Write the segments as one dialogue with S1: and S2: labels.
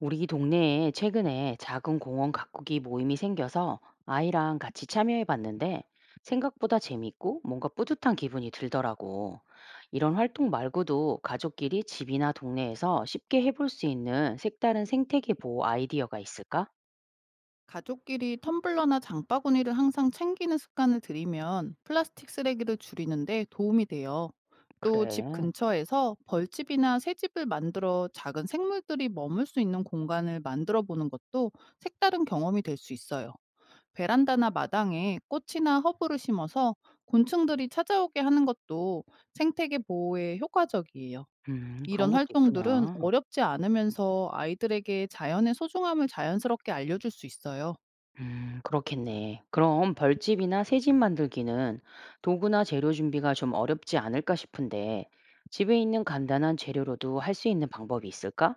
S1: 우리 동네에 최근에 작은 공원 가꾸기 모임이 생겨서 아이랑 같이 참여해 봤는데 생각보다 재밌고 뭔가 뿌듯한 기분이 들더라고. 이런 활동 말고도 가족끼리 집이나 동네에서 쉽게 해볼 수 있는 색다른 생태계 보호 아이디어가 있을까?
S2: 가족끼리 텀블러나 장바구니를 항상 챙기는 습관을 들이면 플라스틱 쓰레기를 줄이는데 도움이 돼요. 또 집
S1: 그래.
S2: 근처에서 벌집이나 새집을 만들어 작은 생물들이 머물 수 있는 공간을 만들어 보는 것도 색다른 경험이 될 수 있어요. 베란다나 마당에 꽃이나 허브를 심어서 곤충들이 찾아오게 하는 것도 생태계 보호에 효과적이에요.
S1: 그런
S2: 이런
S1: 것도
S2: 활동들은
S1: 있구나.
S2: 어렵지 않으면서 아이들에게 자연의 소중함을 자연스럽게 알려줄 수 있어요.
S1: 음, 그렇겠네. 그럼 벌집이나 새집 만들기는 도구나 재료 준비가 좀 어렵지 않을까 싶은데 집에 있는 간단한 재료로도 할 수 있는 방법이 있을까?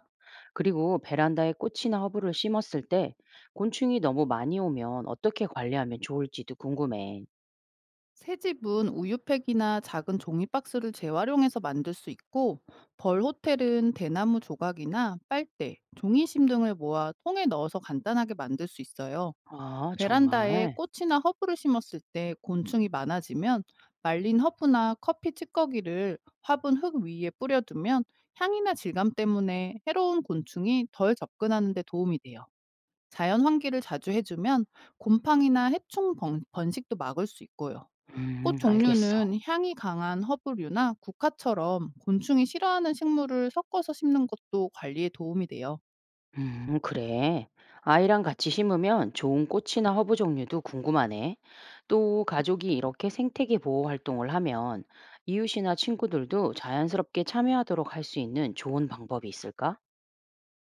S1: 그리고 베란다에 꽃이나 허브를 심었을 때 곤충이 너무 많이 오면 어떻게 관리하면 좋을지도 궁금해.
S2: 새 집은 우유팩이나 작은 종이박스를 재활용해서 만들 수 있고, 벌 호텔은 대나무 조각이나 빨대, 종이심 등을 모아 통에 넣어서 간단하게 만들 수 있어요.
S1: 아,
S2: 베란다에
S1: 정말?
S2: 꽃이나 허브를 심었을 때 곤충이 많아지면 말린 허브나 커피 찌꺼기를 화분 흙 위에 뿌려두면 향이나 질감 때문에 해로운 곤충이 덜 접근하는 데 도움이 돼요. 자연 환기를 자주 해주면 곰팡이나 해충 번식도 막을 수 있고요. 꽃
S1: 알겠어.
S2: 종류는 향이 강한 허브류나 국화처럼 곤충이 싫어하는 식물을 섞어서 심는 것도 관리에 도움이 돼요.
S1: 그래. 아이랑 같이 심으면 좋은 꽃이나 허브 종류도 궁금하네. 또 가족이 이렇게 생태계 보호 활동을 하면 이웃이나 친구들도 자연스럽게 참여하도록 할 수 있는 좋은 방법이 있을까?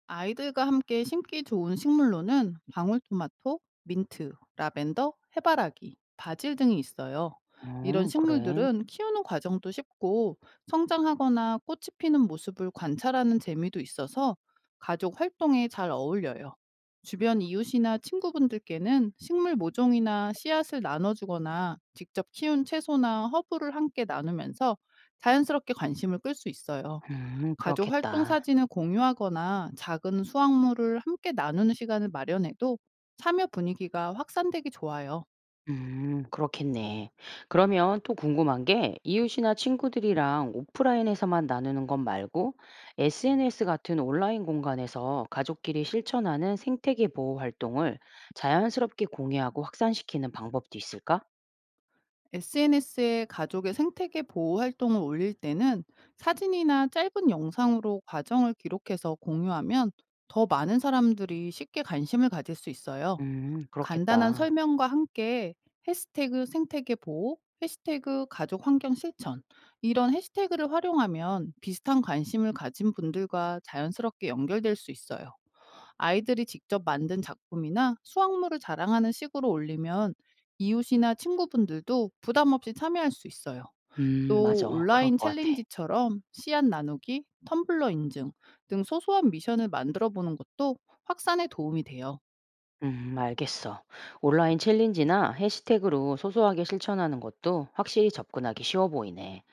S2: 아이들과 함께 심기 좋은 식물로는 방울토마토, 민트, 라벤더, 해바라기, 바질 등이 있어요. 이런
S1: 그래.
S2: 식물들은 키우는 과정도 쉽고 성장하거나 꽃이 피는 모습을 관찰하는 재미도 있어서 가족 활동에 잘 어울려요. 주변 이웃이나 친구분들께는 식물 모종이나 씨앗을 나눠주거나 직접 키운 채소나 허브를 함께 나누면서 자연스럽게 관심을 끌 수 있어요. 가족 활동
S1: 그렇겠다.
S2: 사진을 공유하거나 작은 수확물을 함께 나누는 시간을 마련해도 참여 분위기가 확산되기 좋아요.
S1: 그렇겠네. 그러면 또 궁금한 게 이웃이나 친구들이랑 오프라인에서만 나누는 것 말고 SNS 같은 온라인 공간에서 가족끼리 실천하는 생태계 보호 활동을 자연스럽게 공유하고 확산시키는 방법도 있을까?
S2: SNS에 가족의 생태계 보호 활동을 올릴 때는 사진이나 짧은 영상으로 과정을 기록해서 공유하면 더 많은 사람들이 쉽게 관심을 가질 수 있어요. 간단한
S1: 그렇겠다.
S2: 설명과 함께 해시태그 생태계 보호, 해시태그 가족 환경 실천, 이런 해시태그를 활용하면 비슷한 관심을 가진 분들과 자연스럽게 연결될 수 있어요. 아이들이 직접 만든 작품이나 수확물을 자랑하는 식으로 올리면 이웃이나 친구분들도 부담 없이 참여할 수 있어요. 또
S1: 맞아. 그럴
S2: 온라인
S1: 것 같아.
S2: 챌린지처럼 씨앗 나누기, 텀블러 인증 등 소소한 미션을 만들어 보는 것도 확산에 도움이 돼요.
S1: 알겠어. 온라인 챌린지나 해시태그로 소소하게 실천하는 것도 확실히 접근하기 쉬워 보이네.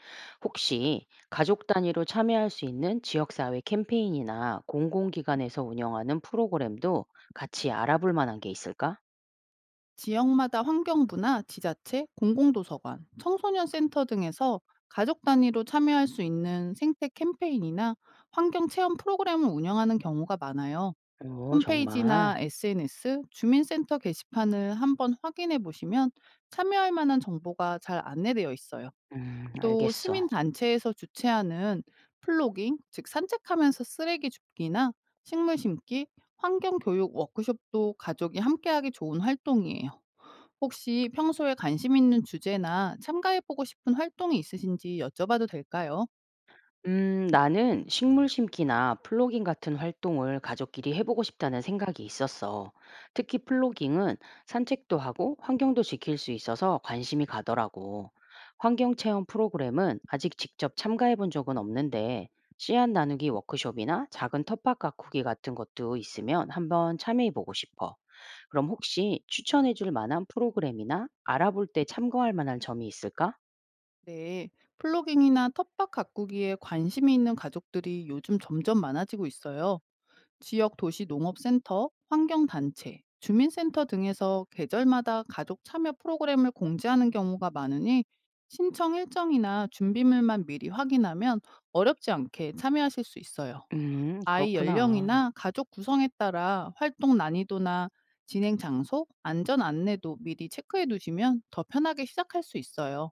S1: 혹시 가족 단위로 참여할 수 있는 지역사회 캠페인이나 공공기관에서 운영하는 프로그램도 같이 알아볼 만한 게 있을까?
S2: 지역마다 환경부나 지자체, 공공도서관, 청소년 센터 등에서 가족 단위로 참여할 수 있는 생태 캠페인이나 환경 체험 프로그램을 운영하는 경우가 많아요.
S1: 오, 정말.
S2: 홈페이지나 SNS, 주민센터 게시판을 한번 확인해 보시면 참여할 만한 정보가 잘 안내되어 있어요. 또
S1: 알겠어.
S2: 시민단체에서 주최하는 플로깅, 즉 산책하면서 쓰레기 줍기나 식물 심기, 환경 교육 워크숍도 가족이 함께하기 좋은 활동이에요. 혹시 평소에 관심 있는 주제나 참가해보고 싶은 활동이 있으신지 여쭤봐도 될까요?
S1: 나는 식물 심기나 플로깅 같은 활동을 가족끼리 해보고 싶다는 생각이 있었어. 특히 플로깅은 산책도 하고 환경도 지킬 수 있어서 관심이 가더라고. 환경 체험 프로그램은 아직 직접 참가해 본 적은 없는데, 씨앗 나누기 워크숍이나 작은 텃밭 가꾸기 같은 것도 있으면 한번 참여해 보고 싶어. 그럼 혹시 추천해 줄 만한 프로그램이나 알아볼 때 참고할 만한 점이 있을까?
S2: 네, 플로깅이나 텃밭 가꾸기에 관심이 있는 가족들이 요즘 점점 많아지고 있어요. 지역 도시 농업센터, 환경단체, 주민센터 등에서 계절마다 가족 참여 프로그램을 공지하는 경우가 많으니 신청 일정이나 준비물만 미리 확인하면 어렵지 않게 참여하실 수 있어요. 아이
S1: 그렇구나.
S2: 연령이나 가족 구성에 따라 활동 난이도나 진행 장소, 안전 안내도 미리 체크해 두시면 더 편하게 시작할 수 있어요.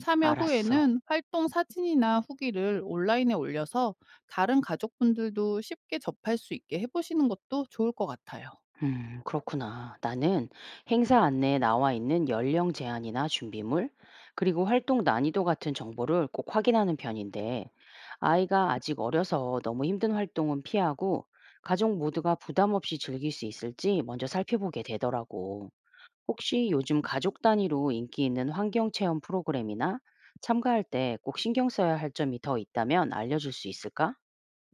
S2: 참여
S1: 알았어.
S2: 후에는 활동 사진이나 후기를 온라인에 올려서 다른 가족분들도 쉽게 접할 수 있게 해보시는 것도 좋을 것 같아요.
S1: 그렇구나. 나는 행사 안내에 나와 있는 연령 제한이나 준비물, 그리고 활동 난이도 같은 정보를 꼭 확인하는 편인데, 아이가 아직 어려서 너무 힘든 활동은 피하고, 가족 모두가 부담 없이 즐길 수 있을지 먼저 살펴보게 되더라고. 혹시 요즘 가족 단위로 인기 있는 환경 체험 프로그램이나 참가할 때 꼭 신경 써야 할 점이 더 있다면 알려줄 수 있을까?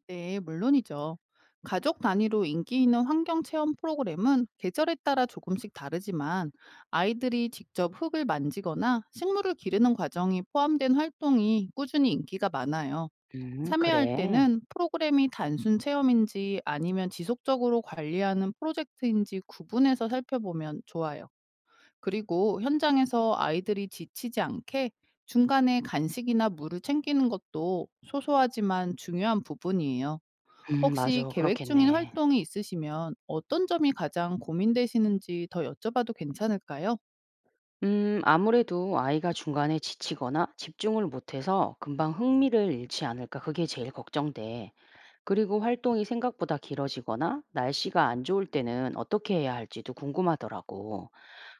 S2: 네, 물론이죠. 가족 단위로 인기 있는 환경 체험 프로그램은 계절에 따라 조금씩 다르지만 아이들이 직접 흙을 만지거나 식물을 기르는 과정이 포함된 활동이 꾸준히 인기가 많아요. 참여할
S1: 그래.
S2: 때는 프로그램이 단순 체험인지 아니면 지속적으로 관리하는 프로젝트인지 구분해서 살펴보면 좋아요. 그리고 현장에서 아이들이 지치지 않게 중간에 간식이나 물을 챙기는 것도 소소하지만 중요한 부분이에요. 혹시
S1: 맞아.
S2: 계획 중인
S1: 그렇겠네.
S2: 활동이 있으시면 어떤 점이 가장 고민되시는지 더 여쭤봐도 괜찮을까요?
S1: 아무래도 아이가 중간에 지치거나 집중을 못해서 금방 흥미를 잃지 않을까 그게 제일 걱정돼. 그리고 활동이 생각보다 길어지거나 날씨가 안 좋을 때는 어떻게 해야 할지도 궁금하더라고.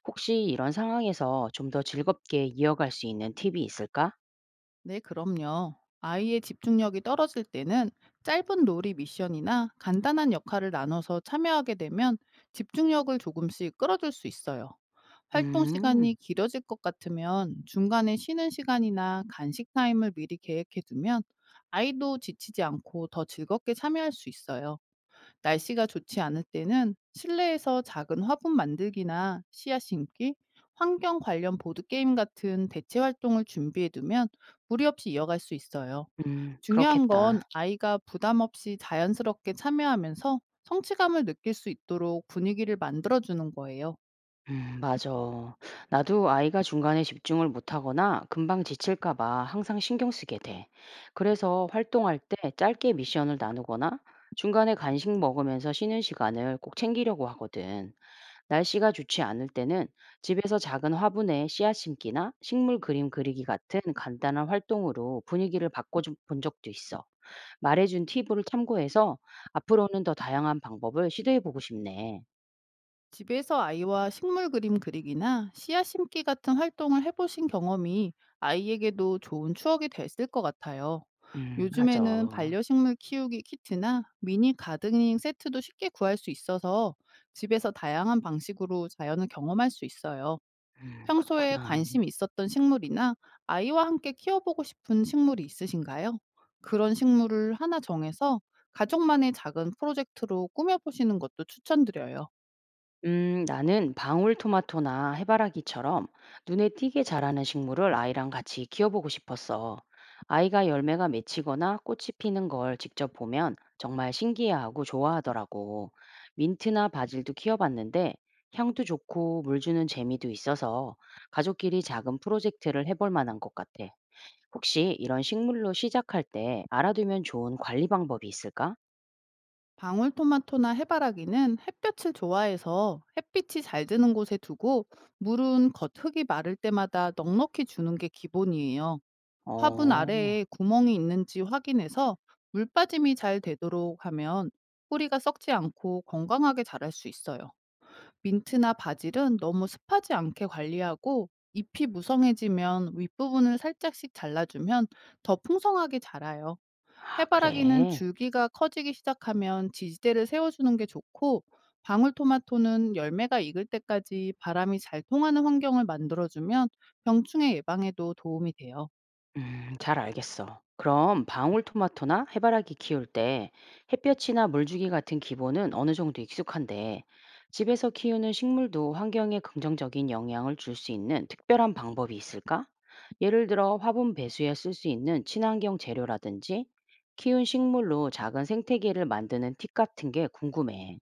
S1: 혹시 이런 상황에서 좀 더 즐겁게 이어갈 수 있는 팁이 있을까?
S2: 네, 그럼요. 아이의 집중력이 떨어질 때는 짧은 놀이 미션이나 간단한 역할을 나눠서 참여하게 되면 집중력을 조금씩 끌어줄 수 있어요. 활동 시간이
S1: 음,
S2: 길어질 것 같으면 중간에 쉬는 시간이나 간식 타임을 미리 계획해두면 아이도 지치지 않고 더 즐겁게 참여할 수 있어요. 날씨가 좋지 않을 때는 실내에서 작은 화분 만들기나 씨앗 심기, 환경 관련 보드게임 같은 대체 활동을 준비해 두면 무리 없이 이어갈 수 있어요. 중요한 건
S1: 그렇겠다.
S2: 아이가 부담 없이 자연스럽게 참여하면서 성취감을 느낄 수 있도록 분위기를 만들어주는 거예요.
S1: 맞아. 나도 아이가 중간에 집중을 못하거나 금방 지칠까 봐 항상 신경 쓰게 돼. 그래서 활동할 때 짧게 미션을 나누거나 중간에 간식 먹으면서 쉬는 시간을 꼭 챙기려고 하거든. 날씨가 좋지 않을 때는 집에서 작은 화분에 씨앗 심기나 식물 그림 그리기 같은 간단한 활동으로 분위기를 바꿔본 적도 있어. 말해준 팁을 참고해서 앞으로는 더 다양한 방법을 시도해보고 싶네.
S2: 집에서 아이와 식물 그림 그리기나 씨앗 심기 같은 활동을 해보신 경험이 아이에게도 좋은 추억이 됐을 것 같아요. 요즘에는
S1: 맞아.
S2: 반려식물 키우기 키트나 미니 가드닝 세트도 쉽게 구할 수 있어서 집에서 다양한 방식으로 자연을 경험할 수 있어요. 평소에
S1: 그렇구나.
S2: 관심 있었던 식물이나 아이와 함께 키워보고 싶은 식물이 있으신가요? 그런 식물을 하나 정해서 가족만의 작은 프로젝트로 꾸며보시는 것도 추천드려요.
S1: 나는 방울토마토나 해바라기처럼 눈에 띄게 자라는 식물을 아이랑 같이 키워보고 싶었어. 아이가 열매가 맺히거나 꽃이 피는 걸 직접 보면 정말 신기해하고 좋아하더라고. 민트나 바질도 키워봤는데 향도 좋고 물 주는 재미도 있어서 가족끼리 작은 프로젝트를 해볼 만한 것 같아. 혹시 이런 식물로 시작할 때 알아두면 좋은 관리 방법이 있을까?
S2: 방울토마토나 해바라기는 햇볕을 좋아해서 햇빛이 잘 드는 곳에 두고 물은 겉흙이 마를 때마다 넉넉히 주는 게 기본이에요. 화분
S1: 어,
S2: 아래에 구멍이 있는지 확인해서 물 빠짐이 잘 되도록 하면 뿌리가 썩지 않고 건강하게 자랄 수 있어요. 민트나 바질은 너무 습하지 않게 관리하고 잎이 무성해지면 윗부분을 살짝씩 잘라주면 더 풍성하게 자라요.
S1: 아,
S2: 해바라기는
S1: 그래.
S2: 줄기가 커지기 시작하면 지지대를 세워주는 게 좋고, 방울토마토는 열매가 익을 때까지 바람이 잘 통하는 환경을 만들어주면 병충해 예방에도 도움이 돼요.
S1: 잘 알겠어. 그럼 방울토마토나 해바라기 키울 때 햇볕이나 물주기 같은 기본은 어느 정도 익숙한데 집에서 키우는 식물도 환경에 긍정적인 영향을 줄 수 있는 특별한 방법이 있을까? 예를 들어 화분 배수에 쓸 수 있는 친환경 재료라든지 키운 식물로 작은 생태계를 만드는 팁 같은 게 궁금해.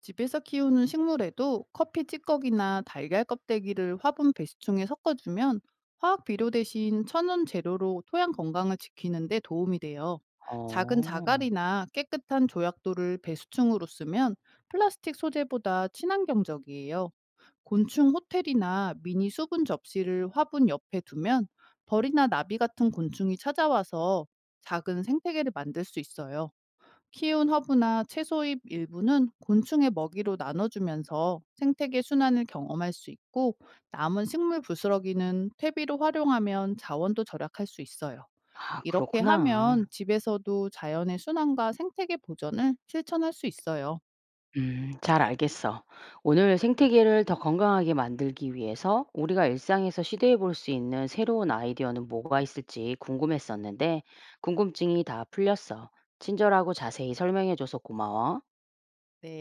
S2: 집에서 키우는 식물에도 커피 찌꺼기나 달걀 껍데기를 화분 배수충에 섞어주면 화학 비료 대신 천연 재료로 토양 건강을 지키는 데 도움이 돼요. 작은
S1: 어,
S2: 자갈이나 깨끗한 조약돌을 배수충으로 쓰면 플라스틱 소재보다 친환경적이에요. 곤충 호텔이나 미니 수분 접시를 화분 옆에 두면 벌이나 나비 같은 곤충이 찾아와서 작은 생태계를 만들 수 있어요. 키운 허브나 채소잎 일부는 곤충의 먹이로 나눠주면서 생태계 순환을 경험할 수 있고 남은 식물 부스러기는 퇴비로 활용하면 자원도 절약할 수 있어요.
S1: 아,
S2: 이렇게
S1: 그렇구나.
S2: 하면 집에서도 자연의 순환과 생태계 보전을 실천할 수 있어요.
S1: 잘 알겠어. 오늘 생태계를 더 건강하게 만들기 위해서 우리가 일상에서 시도해 볼 수 있는 새로운 아이디어는 뭐가 있을지 궁금했었는데, 궁금증이 다 풀렸어. 친절하고 자세히 설명해 줘서 고마워.
S2: 네.